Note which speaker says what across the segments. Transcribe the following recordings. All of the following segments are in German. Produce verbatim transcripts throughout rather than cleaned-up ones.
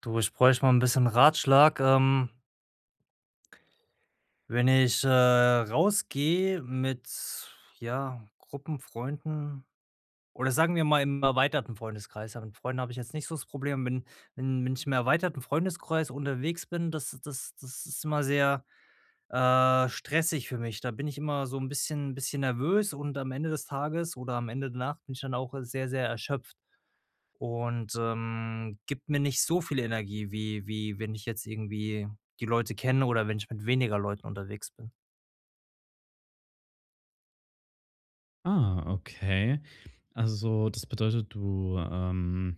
Speaker 1: Du, ich bräuchte mal ein bisschen Ratschlag. Ähm, wenn ich, äh, rausgehe mit, ja, Gruppenfreunden oder sagen wir mal im erweiterten Freundeskreis, ja, mit Freunden habe ich jetzt nicht so das Problem. Wenn wenn wenn ich im erweiterten Freundeskreis unterwegs bin, das das das ist immer sehr, äh, stressig für mich. Da bin ich immer so ein bisschen bisschen nervös, und am Ende des Tages oder am Ende der Nacht bin ich dann auch, äh, sehr, sehr erschöpft und, ähm, gibt mir nicht so viel Energie, wie wie wenn ich jetzt irgendwie die Leute kenne oder wenn ich mit weniger Leuten unterwegs bin.
Speaker 2: Ah, okay. Also, das bedeutet, du, ähm,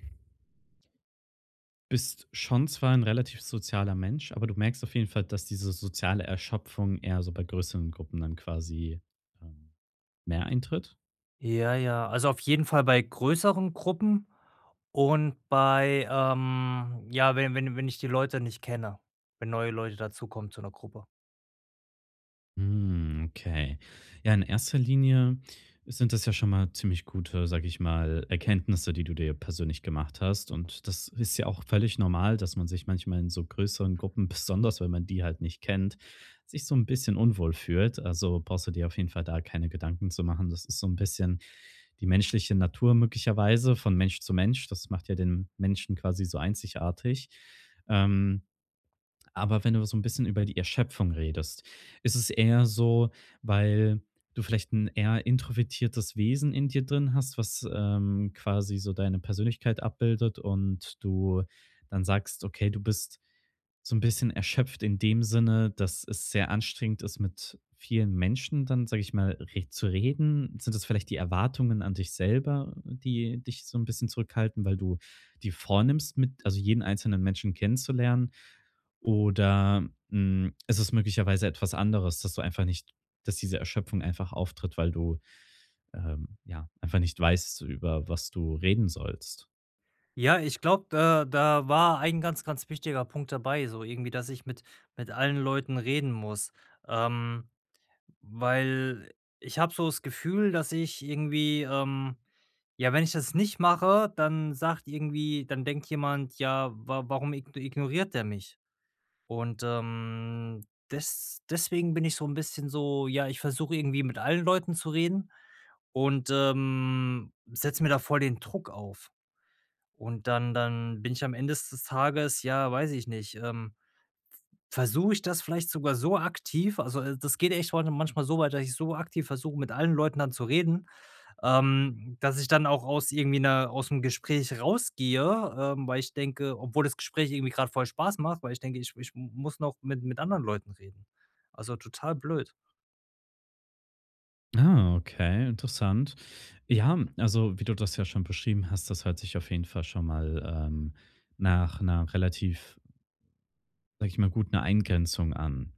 Speaker 2: bist schon zwar ein relativ sozialer Mensch, aber du merkst auf jeden Fall, dass diese soziale Erschöpfung eher so bei größeren Gruppen dann quasi, ähm, mehr eintritt?
Speaker 1: Ja, ja, also auf jeden Fall bei größeren Gruppen und bei, ähm ja, wenn wenn wenn ich die Leute nicht kenne, wenn neue Leute dazukommen zu einer Gruppe.
Speaker 2: Hm, okay. Ja, in erster Linie sind das ja schon mal ziemlich gute, sag ich mal, Erkenntnisse, die du dir persönlich gemacht hast. Und das ist ja auch völlig normal, dass man sich manchmal in so größeren Gruppen, besonders wenn man die halt nicht kennt, sich so ein bisschen unwohl fühlt. Also brauchst du dir auf jeden Fall da keine Gedanken zu machen. Das ist so ein bisschen die menschliche Natur möglicherweise von Mensch zu Mensch. Das macht ja den Menschen quasi so einzigartig. Ähm, aber wenn du so ein bisschen über die Erschöpfung redest, ist es eher so, weil du vielleicht ein eher introvertiertes Wesen in dir drin hast, was, ähm, quasi so deine Persönlichkeit abbildet und du dann sagst: „Okay, du bist so ein bisschen erschöpft in dem Sinne, dass es sehr anstrengend ist, mit vielen Menschen dann, sage ich mal, re zu reden?“ Sind das vielleicht die Erwartungen an dich selber, die dich so ein bisschen zurückhalten, weil du die vornimmst, mit also jeden einzelnen Menschen kennenzulernen? Oder, hm, ist es möglicherweise etwas anderes, dass du einfach nicht dass diese Erschöpfung einfach auftritt, weil du, ähm, ja, einfach nicht weißt, über was du reden sollst?
Speaker 1: Ja, ich glaube, da da war ein ganz, ganz wichtiger Punkt dabei, so irgendwie, dass ich mit mit allen Leuten reden muss. Ähm Weil ich habe so das Gefühl, dass ich irgendwie, ähm ja, wenn ich das nicht mache, dann sagt irgendwie dann denkt jemand: „Ja, wa warum igno ignoriert der mich?“ Und, ähm, des deswegen bin ich so ein bisschen so, ja, ich versuche irgendwie mit allen Leuten zu reden und, ähm, setze mir da voll den Druck auf. Und dann dann bin ich am Ende des Tages, ja, weiß ich nicht, ähm versuche ich das vielleicht sogar so aktiv, also, äh, das geht echt heute manchmal so weit, dass ich so aktiv versuche, mit allen Leuten dann zu reden, ähm, dass ich dann auch aus irgendwie einer, aus dem Gespräch rausgehe, ähm, weil ich denke, obwohl das Gespräch irgendwie gerade voll Spaß macht, weil ich denke, ich ich muss noch mit mit anderen Leuten reden. Also, total blöd.
Speaker 2: Ah, okay, interessant. Ja, also, wie du das ja schon beschrieben hast, das hört sich auf jeden Fall schon mal, ähm, nach einer relativ, sag ich mal, guten Eingrenzung an.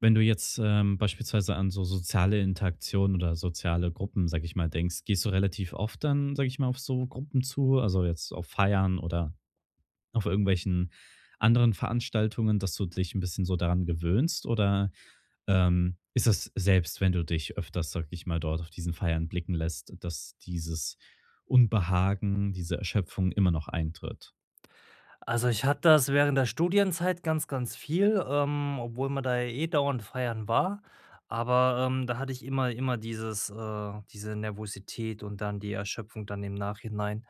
Speaker 2: Wenn du jetzt, ähm, beispielsweise an so soziale Interaktion oder soziale Gruppen, sag ich mal, denkst, gehst du relativ oft dann, sag ich mal, auf so Gruppen zu, also jetzt auf Feiern oder auf irgendwelchen anderen Veranstaltungen, dass du dich ein bisschen so daran gewöhnst? Oder, ähm, ist das selbst, wenn du dich öfters, sag ich mal, dort auf diesen Feiern blicken lässt, dass dieses Unbehagen, diese Erschöpfung immer noch eintritt?
Speaker 1: Also, ich hatte das während der Studienzeit ganz, ganz viel, ähm, obwohl man da ja eh dauernd feiern war, aber, ähm, da hatte ich immer immer dieses äh, diese Nervosität und dann die Erschöpfung dann im Nachhinein.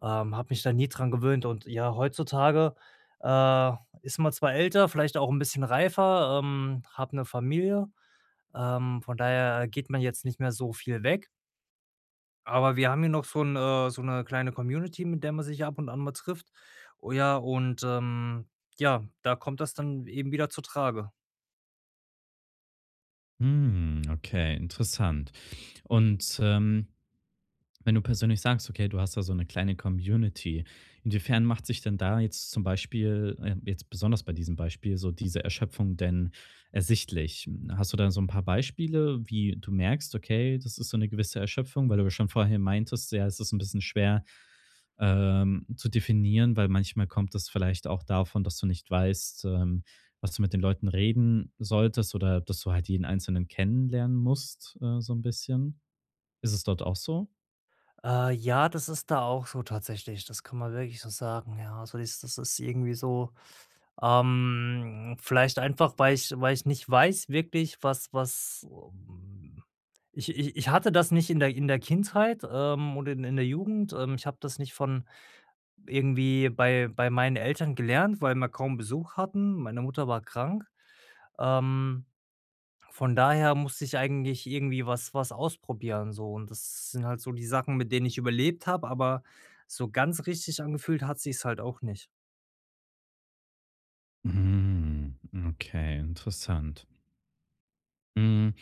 Speaker 1: Ähm, habe mich da nie dran gewöhnt, und ja, heutzutage, äh, ist man zwar älter, vielleicht auch ein bisschen reifer, ähm, habe eine Familie, ähm, von daher geht man jetzt nicht mehr so viel weg. Aber wir haben hier noch so 'n äh, so 'ne kleine Community, mit der man sich ab und an mal trifft. Oh ja, und, ähm, ja, da kommt das dann eben wieder zutrage.
Speaker 2: Hm, okay, interessant. Und, ähm wenn du persönlich sagst, okay, du hast da so eine kleine Community, inwiefern macht sich denn da jetzt zum Beispiel, äh jetzt besonders bei diesem Beispiel, so diese Erschöpfung denn ersichtlich? Hast du da so ein paar Beispiele, wie du merkst, okay, das ist so eine gewisse Erschöpfung, weil du ja schon vorher meintest, ja, es ist ein bisschen schwer, ähm, zu definieren, weil manchmal kommt das vielleicht auch davon, dass du nicht weißt, ähm, was du mit den Leuten reden solltest oder dass du halt jeden Einzelnen kennenlernen musst, äh, so ein bisschen. Ist es dort auch so?
Speaker 1: Äh, ja, das ist da auch so tatsächlich. Das kann man wirklich so sagen, ja. Also, das das ist irgendwie so. Ähm, vielleicht einfach, weil ich weil ich nicht weiß wirklich, was was ähm, ich ich ich hatte das nicht in der in der Kindheit, ähm, oder in in der Jugend. Ähm, ich habe das nicht von irgendwie bei bei meinen Eltern gelernt, weil wir kaum Besuch hatten. Meine Mutter war krank. Ähm, von daher musste ich eigentlich irgendwie was was ausprobieren so, und das sind halt so die Sachen, mit denen ich überlebt habe, aber so ganz richtig angefühlt hat sich's halt auch nicht.
Speaker 2: Mhm. Okay, interessant. Hm,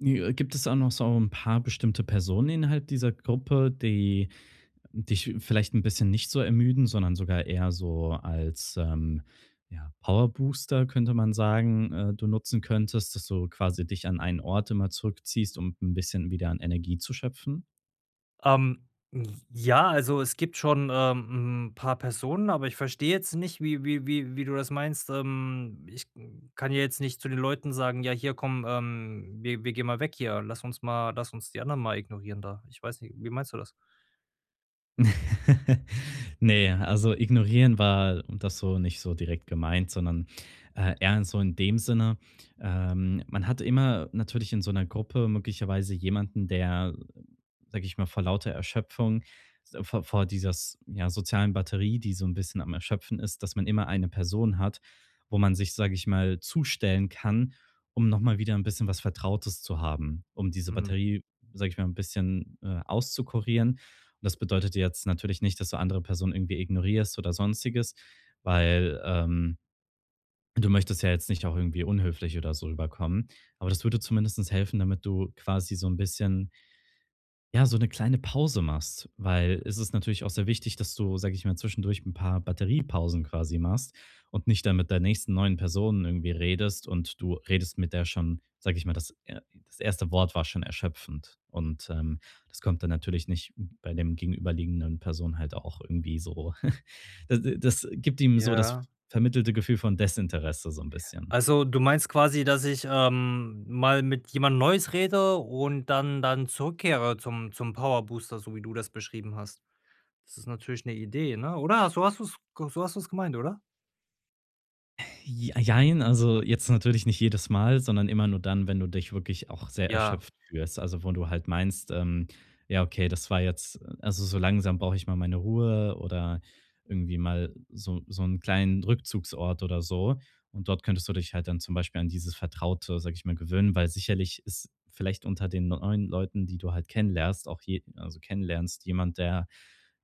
Speaker 2: i äh, gibt es auch noch so ein paar bestimmte Personen innerhalb dieser Gruppe, die dich vielleicht ein bisschen nicht so ermüden, sondern sogar eher so als, ähm, ja, Powerbooster, könnte man sagen, äh, du nutzen könntest, dass du quasi dich an einen Ort immer zurückziehst, um ein bisschen wieder an Energie zu schöpfen?
Speaker 1: Ähm, ja, also es gibt schon, ähm, 'n paar Personen, aber ich verstehe jetzt nicht, wie wie wie wie du das meinst. Ähm, ich kann ja jetzt nicht zu den Leuten sagen: „Ja, hier komm, ähm, wir wir gehen mal weg hier. Lass uns mal lass uns die anderen mal ignorieren da.“ Ich weiß nicht, wie meinst du das?
Speaker 2: Nee, also ignorieren war um das so nicht so direkt gemeint, sondern, äh, eher in so in dem Sinne, ähm, man hat immer natürlich in so einer Gruppe möglicherweise jemanden, der, sage ich mal, vor lauter Erschöpfung, s vor vor dieser s ja, sozialen Batterie, die so ein bisschen am Erschöpfen ist, dass man immer eine Person hat, wo man sich, sage ich mal, zustellen kann, um noch mal wieder ein bisschen was Vertrautes zu haben, um diese
Speaker 1: Mhm.
Speaker 2: Batterie, sage ich mal, ein bisschen, äh, auszukurieren. Das bedeutet jetzt natürlich nicht, dass du andere Personen irgendwie ignorierst oder Sonstiges, weil, ähm, du möchtest ja jetzt nicht auch irgendwie unhöflich oder so rüberkommen. Aber das würde zumindest helfen, damit du quasi so ein bisschen ja, so eine kleine Pause machst, weil es ist natürlich auch sehr wichtig, dass du, sage ich mal, zwischendurch ein paar Batteriepausen quasi machst und nicht dann mit der nächsten neuen Person irgendwie redest und du redest mit der schon, sage ich mal, das er das erste Wort war schon erschöpfend und, ähm, das kommt dann natürlich nicht bei dem gegenüberliegenden Person halt auch irgendwie so. Das das gibt ihm so das
Speaker 1: Ja.
Speaker 2: vermittelte Gefühl von Desinteresse so ein bisschen.
Speaker 1: Also, du meinst quasi, dass ich, ähm, mal mit jemand Neues rede und dann dann zurückkehre zum zum Power Booster, so wie du das beschrieben hast. Das ist natürlich eine Idee, ne? Oder? So hast du es, so hast du's gemeint, oder?
Speaker 2: J jein, also jetzt natürlich nicht jedes Mal, sondern immer nur dann, wenn du dich wirklich auch sehr
Speaker 1: Ja.
Speaker 2: erschöpft fühlst. Also, wo du halt meinst, ähm: „Ja, okay, das war jetzt also, so langsam brauche ich mal meine Ruhe oder irgendwie mal so so einen kleinen Rückzugsort oder so.“ Und dort könntest du dich halt dann zum Beispiel an dieses Vertraute, sag ich mal, gewöhnen, weil sicherlich ist vielleicht unter den neuen Leuten, die du halt kennenlernst, auch je also, kennenlernst, jemand, der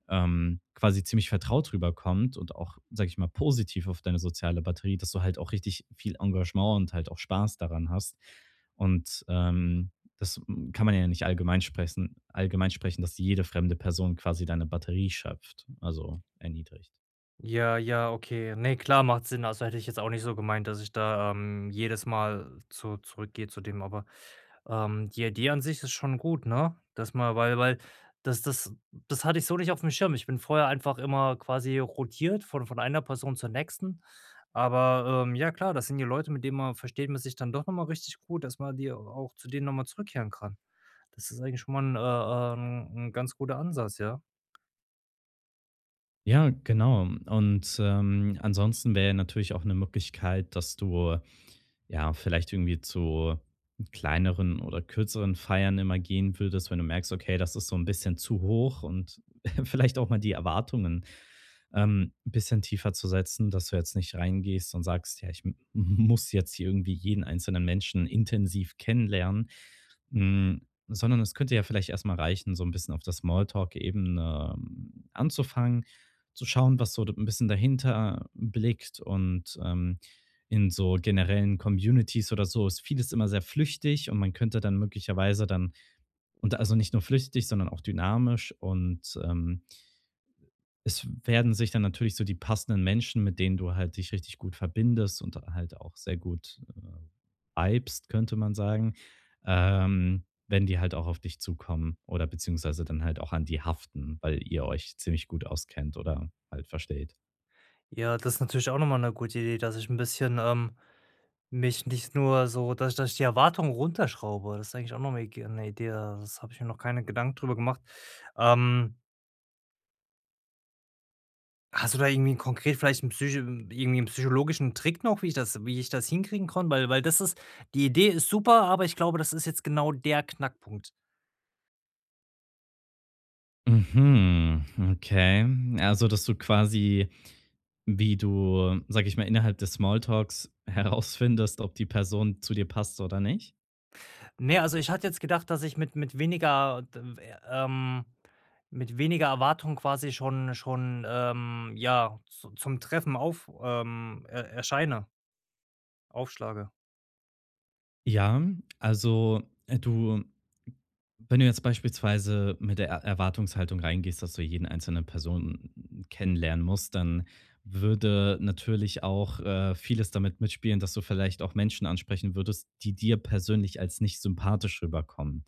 Speaker 2: ähm, quasi ziemlich vertraut rüberkommt und auch, sage ich mal, positiv auf deine soziale Batterie, dass du halt auch richtig viel Engagement und halt auch Spaß daran hast. Und ähm, das kann man ja nicht allgemein sprechen, allgemein sprechen, dass jede fremde Person quasi deine Batterie schöpft, also erniedrigt.
Speaker 1: Ja, ja, okay. Ne, klar, macht Sinn. Also, hätte ich jetzt auch nicht so gemeint, dass ich da, ähm, jedes Mal zu zurückgehe zu dem, aber, ähm, die Idee an sich ist schon gut, ne? Dass man, weil weil das das das hatte ich so nicht auf dem Schirm. Ich bin vorher einfach immer quasi rotiert von von einer Person zur nächsten. Aber, ähm, ja klar, das sind die Leute, mit denen man, versteht man sich dann doch noch mal richtig gut, dass man die, auch zu denen noch mal zurückkehren kann. Das ist eigentlich schon mal ein äh, ähm 'n ganz guter Ansatz, ja.
Speaker 2: Ja, genau. Und ähm, ansonsten wäre natürlich auch eine Möglichkeit, dass du ja, vielleicht irgendwie zu kleineren oder kürzeren Feiern immer gehen würdest, wenn du merkst, okay, das ist so ein bisschen zu hoch und vielleicht auch mal die Erwartungen, ähm, 'n bisschen tiefer zu setzen, dass du jetzt nicht reingehst und sagst: „Ja, ich m muss jetzt hier irgendwie jeden einzelnen Menschen intensiv kennenlernen.“ Hm, sondern es könnte ja vielleicht erst mal reichen, so ein bisschen auf der Smalltalk-Ebene, ähm, anzufangen, zu schauen, was so ein bisschen dahinter blickt und, ähm, in so generellen Communities oder so ist vieles immer sehr flüchtig und man könnte dann möglicherweise dann und also nicht nur flüchtig, sondern auch dynamisch und, ähm es werden sich dann natürlich so die passenden Menschen, mit denen du halt dich richtig gut verbindest und halt auch sehr gut, äh, vibest, könnte man sagen, ähm, wenn die halt auch auf dich zukommen oder beziehungsweise dann halt auch an die haften, weil ihr euch ziemlich gut auskennt oder halt versteht.
Speaker 1: Ja, das ist natürlich auch noch mal 'ne gute Idee, dass ich ein bisschen, ähm mich nicht nur so, dass dass ich die Erwartungen runterschraube. Das ist eigentlich auch noch 'ne Ig 'ne Idee, Da- das habe ich mir noch keine Gedanken drüber gemacht. Ähm, Hast du da irgendwie konkret vielleicht einen psycho irgendwie 'n psychologischen Trick noch, wie ich das, wie ich das hinkriegen kann? Weil weil das ist, die Idee ist super, aber ich glaube, das ist jetzt genau der Knackpunkt.
Speaker 2: Mhm, okay. Also, dass du quasi wie du, sage ich mal, innerhalb des Smalltalks herausfindest, ob die Person zu dir passt oder nicht?
Speaker 1: Ne, also, ich hatte jetzt gedacht, dass ich mit mit weniger d w ähm, mit weniger Erwartung quasi schon schon, ähm, ja, zu zum Treffen auf, ähm, er erscheine, aufschlage.
Speaker 2: Ja, also, äh, du wenn du jetzt beispielsweise mit der Er Erwartungshaltung reingehst, dass du jeden einzelnen Person kennenlernen musst, dann würde natürlich auch, äh, vieles damit mitspielen, dass du vielleicht auch Menschen ansprechen würdest, die dir persönlich als nicht sympathisch rüberkommen.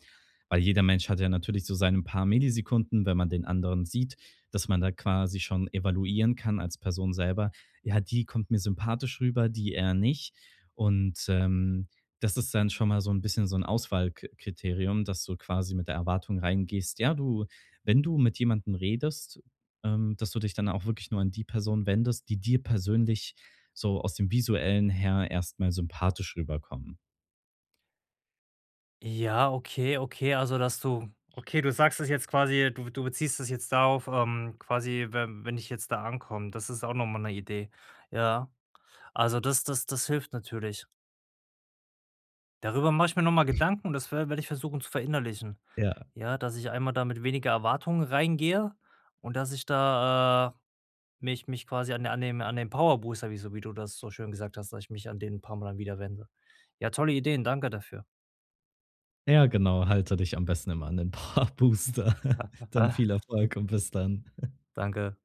Speaker 2: Weil jeder Mensch hat ja natürlich so seine paar Millisekunden, wenn man den anderen sieht, dass man da quasi schon evaluieren kann als Person selber: „Ja, die kommt mir sympathisch rüber, die eher nicht.“ Und, ähm, das ist dann schon mal so ein bisschen so ein Auswahlkriterium, dass du quasi mit der Erwartung reingehst, ja, du wenn du mit jemandem redest, ähm, dass du dich dann auch wirklich nur an die Person wendest, die dir persönlich so aus dem Visuellen her erst mal sympathisch rüberkommen.
Speaker 1: Ja, okay, okay, also dass du, okay, du sagst es jetzt quasi, du du beziehst das jetzt darauf, ähm, quasi, wenn wenn ich jetzt da ankomme. Das ist auch noch mal 'ne Idee. Ja, also das das das hilft natürlich. Darüber mache ich mir noch mal Gedanken, und das werde ich versuchen zu verinnerlichen.
Speaker 2: Ja.
Speaker 1: Ja, dass ich einmal da mit weniger Erwartungen reingehe und dass ich da, äh, mich mich quasi an an den an den Power Booster, wie so wie du das so schön gesagt hast, dass ich mich an den ein paar Mal wieder wende. Ja, tolle Ideen, danke dafür.
Speaker 2: Ja, genau, halte dich am besten immer an den Paar-Booster. Dann viel Erfolg und bis dann.
Speaker 1: Danke.